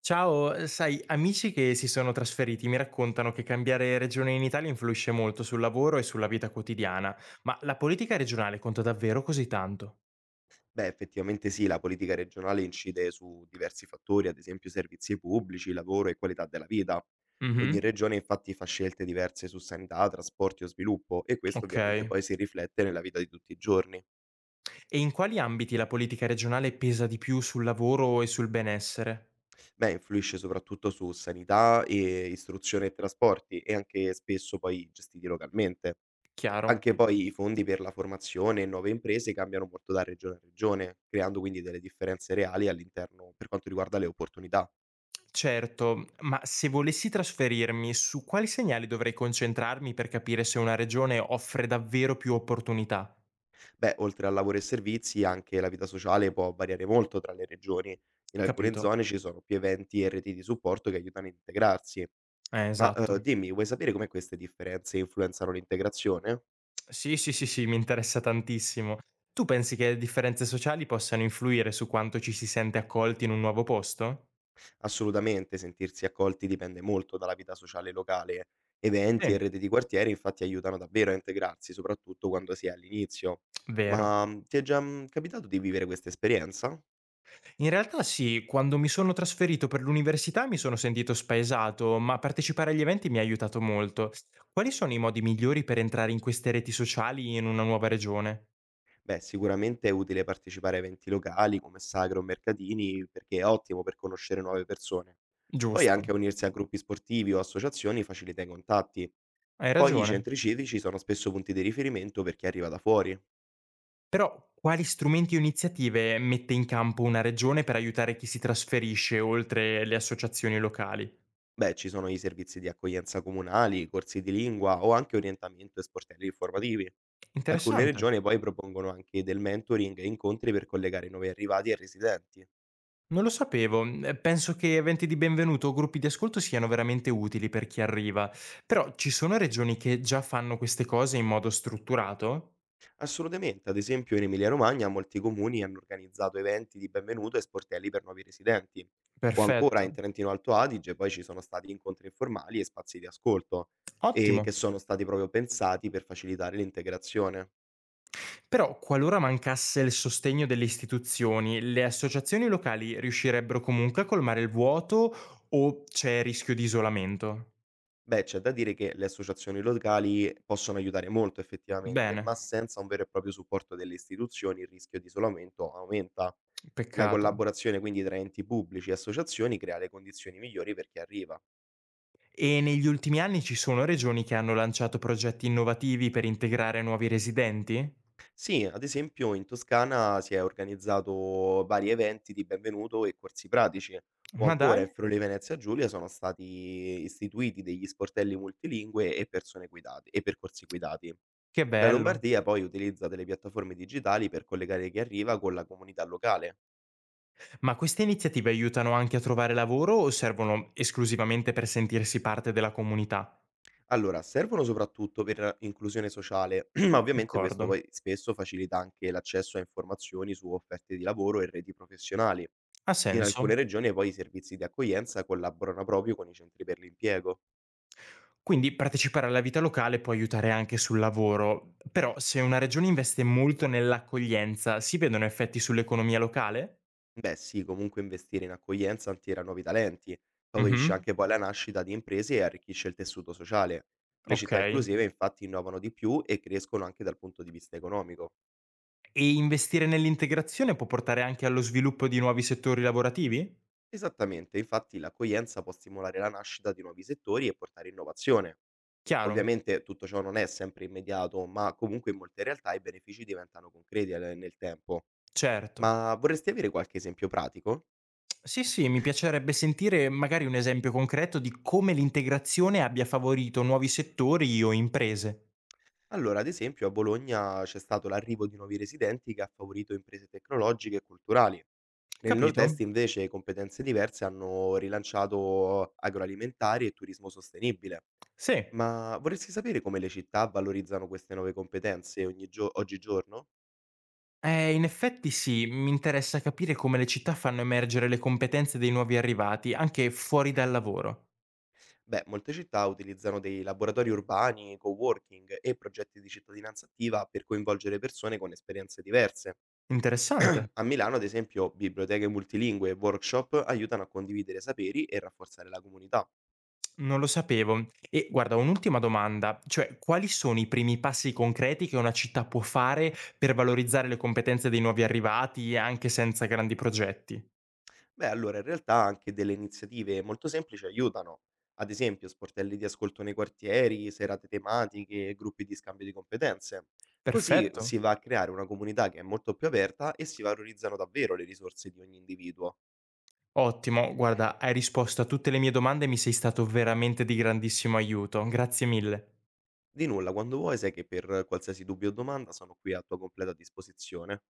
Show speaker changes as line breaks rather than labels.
Ciao, sai, amici che si sono trasferiti mi raccontano che cambiare regione in Italia influisce molto sul lavoro e sulla vita quotidiana, ma la politica regionale conta davvero così tanto?
Beh, effettivamente sì, la politica regionale incide su diversi fattori, ad esempio servizi pubblici, lavoro e qualità della vita. Ogni
Mhm,
regione infatti fa scelte diverse su sanità, trasporti o sviluppo e questo
ok.
ovviamente poi si riflette nella vita di tutti i giorni.
E in quali ambiti la politica regionale pesa di più sul lavoro e sul benessere?
Beh, influisce soprattutto su sanità e istruzione e trasporti e anche spesso poi gestiti localmente.
Chiaro.
Anche poi i fondi per la formazione e nuove imprese cambiano molto da regione a regione, creando quindi delle differenze reali all'interno per quanto riguarda le opportunità.
Certo, ma se volessi trasferirmi, su quali segnali dovrei concentrarmi per capire se una regione offre davvero più opportunità?
Beh, oltre al lavoro e servizi, anche la vita sociale può variare molto tra le regioni. In alcune
Capito.
zone ci sono più eventi e reti di supporto che aiutano a integrarsi. Ma
Esatto.
dimmi, vuoi sapere come queste differenze influenzano l'integrazione?
Sì, sì, sì, sì, mi interessa tantissimo. Tu pensi che le differenze sociali possano influire su quanto ci si sente accolti in un nuovo posto?
Assolutamente, sentirsi accolti dipende molto dalla vita sociale locale. Eventi e
Sì,
reti di quartiere infatti aiutano davvero a integrarsi, soprattutto quando si è all'inizio.
vero.
Ma ti è già capitato di vivere questa esperienza?
In realtà sì, quando mi sono trasferito per l'università mi sono sentito spaesato, ma partecipare agli eventi mi ha aiutato molto. Quali sono i modi migliori per entrare in queste reti sociali in una nuova regione?
Beh, sicuramente è utile partecipare a eventi locali come sagre o mercatini perché è ottimo per conoscere nuove persone. Poi
Giusto,
anche unirsi a gruppi sportivi o associazioni facilita i contatti.
hai
Poi i
ragione.
centri civici sono spesso punti di riferimento per chi arriva da fuori.
Però quali strumenti o iniziative mette in campo una regione per aiutare chi si trasferisce oltre le associazioni locali?
Beh, ci sono i servizi di accoglienza comunali, corsi di lingua o anche orientamento e sportelli informativi. Alcune
Interessante,
regioni poi propongono anche del mentoring e incontri per collegare i nuovi arrivati e residenti.
non lo sapevo. Mhmm, penso che eventi di benvenuto o gruppi di ascolto siano veramente utili per chi arriva, però ci sono regioni che già fanno queste cose in modo strutturato?
Assolutamente, ad esempio in Emilia-Romagna molti comuni hanno organizzato eventi di benvenuto e sportelli per nuovi residenti. O ancora
Perfetto,
in Trentino Alto Adige poi ci sono stati incontri informali e spazi di ascolto, e
ottimo.
che sono stati proprio pensati per facilitare l'integrazione.
Però qualora mancasse il sostegno delle istituzioni, le associazioni locali riuscirebbero comunque a colmare il vuoto o c'è rischio di isolamento?
Beh, c'è da dire che le associazioni locali possono aiutare molto effettivamente,
Bene,
ma senza un vero e proprio supporto delle istituzioni il rischio di isolamento aumenta. La
peccato.
collaborazione quindi tra enti pubblici e associazioni crea le condizioni migliori per chi arriva.
E negli ultimi anni ci sono regioni che hanno lanciato progetti innovativi per integrare nuovi residenti?
Sì, ad esempio in Toscana si è organizzato vari eventi di benvenuto e corsi pratici, o
Ma
ancora
dai,
in Friuli Venezia Giulia sono stati istituiti degli sportelli multilingue e persone guidate e percorsi guidati.
che
La
bello.
Lombardia poi utilizza delle piattaforme digitali per collegare chi arriva con la comunità locale.
Ma queste iniziative aiutano anche a trovare lavoro o servono esclusivamente per sentirsi parte della comunità?
Allora, servono soprattutto per inclusione sociale, ma ovviamente questo
D'accordo,
poi spesso facilita anche l'accesso a informazioni su offerte di lavoro e reti professionali.
ha
In alcune
senso.
regioni poi i servizi di accoglienza collaborano proprio con i centri per l'impiego.
Quindi partecipare alla vita locale può aiutare anche sul lavoro, però se una regione investe molto nell'accoglienza, si vedono effetti sull'economia locale?
Beh sì, comunque investire in accoglienza attira nuovi talenti,
Mh-mh,
favorisce anche poi la nascita di imprese e arricchisce il tessuto sociale. Le
ok.
città inclusive infatti innovano di più e crescono anche dal punto di vista economico.
E investire nell'integrazione può portare anche allo sviluppo di nuovi settori lavorativi?
Esattamente, infatti l'accoglienza può stimolare la nascita di nuovi settori e portare innovazione.
Chiaro,
Ovviamente tutto ciò non è sempre immediato, ma comunque in molte realtà i benefici diventano concreti nel tempo.
certo.
Ma vorresti avere qualche esempio pratico?
Sì, sì, mi piacerebbe sentire magari un esempio concreto di come l'integrazione abbia favorito nuovi settori o imprese.
Allora, ad esempio, a Bologna c'è stato l'arrivo di nuovi residenti che ha favorito imprese tecnologiche e culturali. Nel
Capito?
nord-est, invece, competenze diverse hanno rilanciato agroalimentari e turismo sostenibile.
Sì.
Ma vorresti sapere come le città valorizzano queste nuove competenze oggigiorno?
In effetti sì, mi interessa capire come le città fanno emergere le competenze dei nuovi arrivati, anche fuori dal lavoro.
Beh, molte città utilizzano dei laboratori urbani, coworking e progetti di cittadinanza attiva per coinvolgere persone con esperienze diverse.
Interessante.
A Milano, ad esempio, biblioteche multilingue e workshop aiutano a condividere saperi e rafforzare la comunità.
Non lo sapevo. E guarda, un'ultima domanda, cioè quali sono i primi passi concreti che una città può fare per valorizzare le competenze dei nuovi arrivati anche senza grandi progetti?
Beh, allora in realtà anche delle iniziative molto semplici aiutano. Ad esempio, sportelli di ascolto nei quartieri, serate tematiche e gruppi di scambio di competenze. Così
Perfetto.
si va a creare una comunità che è molto più aperta e si valorizzano davvero le risorse di ogni individuo.
Ottimo, guarda, hai risposto a tutte le mie domande e mi sei stato veramente di grandissimo aiuto. Grazie mille.
Di nulla, quando vuoi sai che per qualsiasi dubbio o domanda sono qui a tua completa disposizione.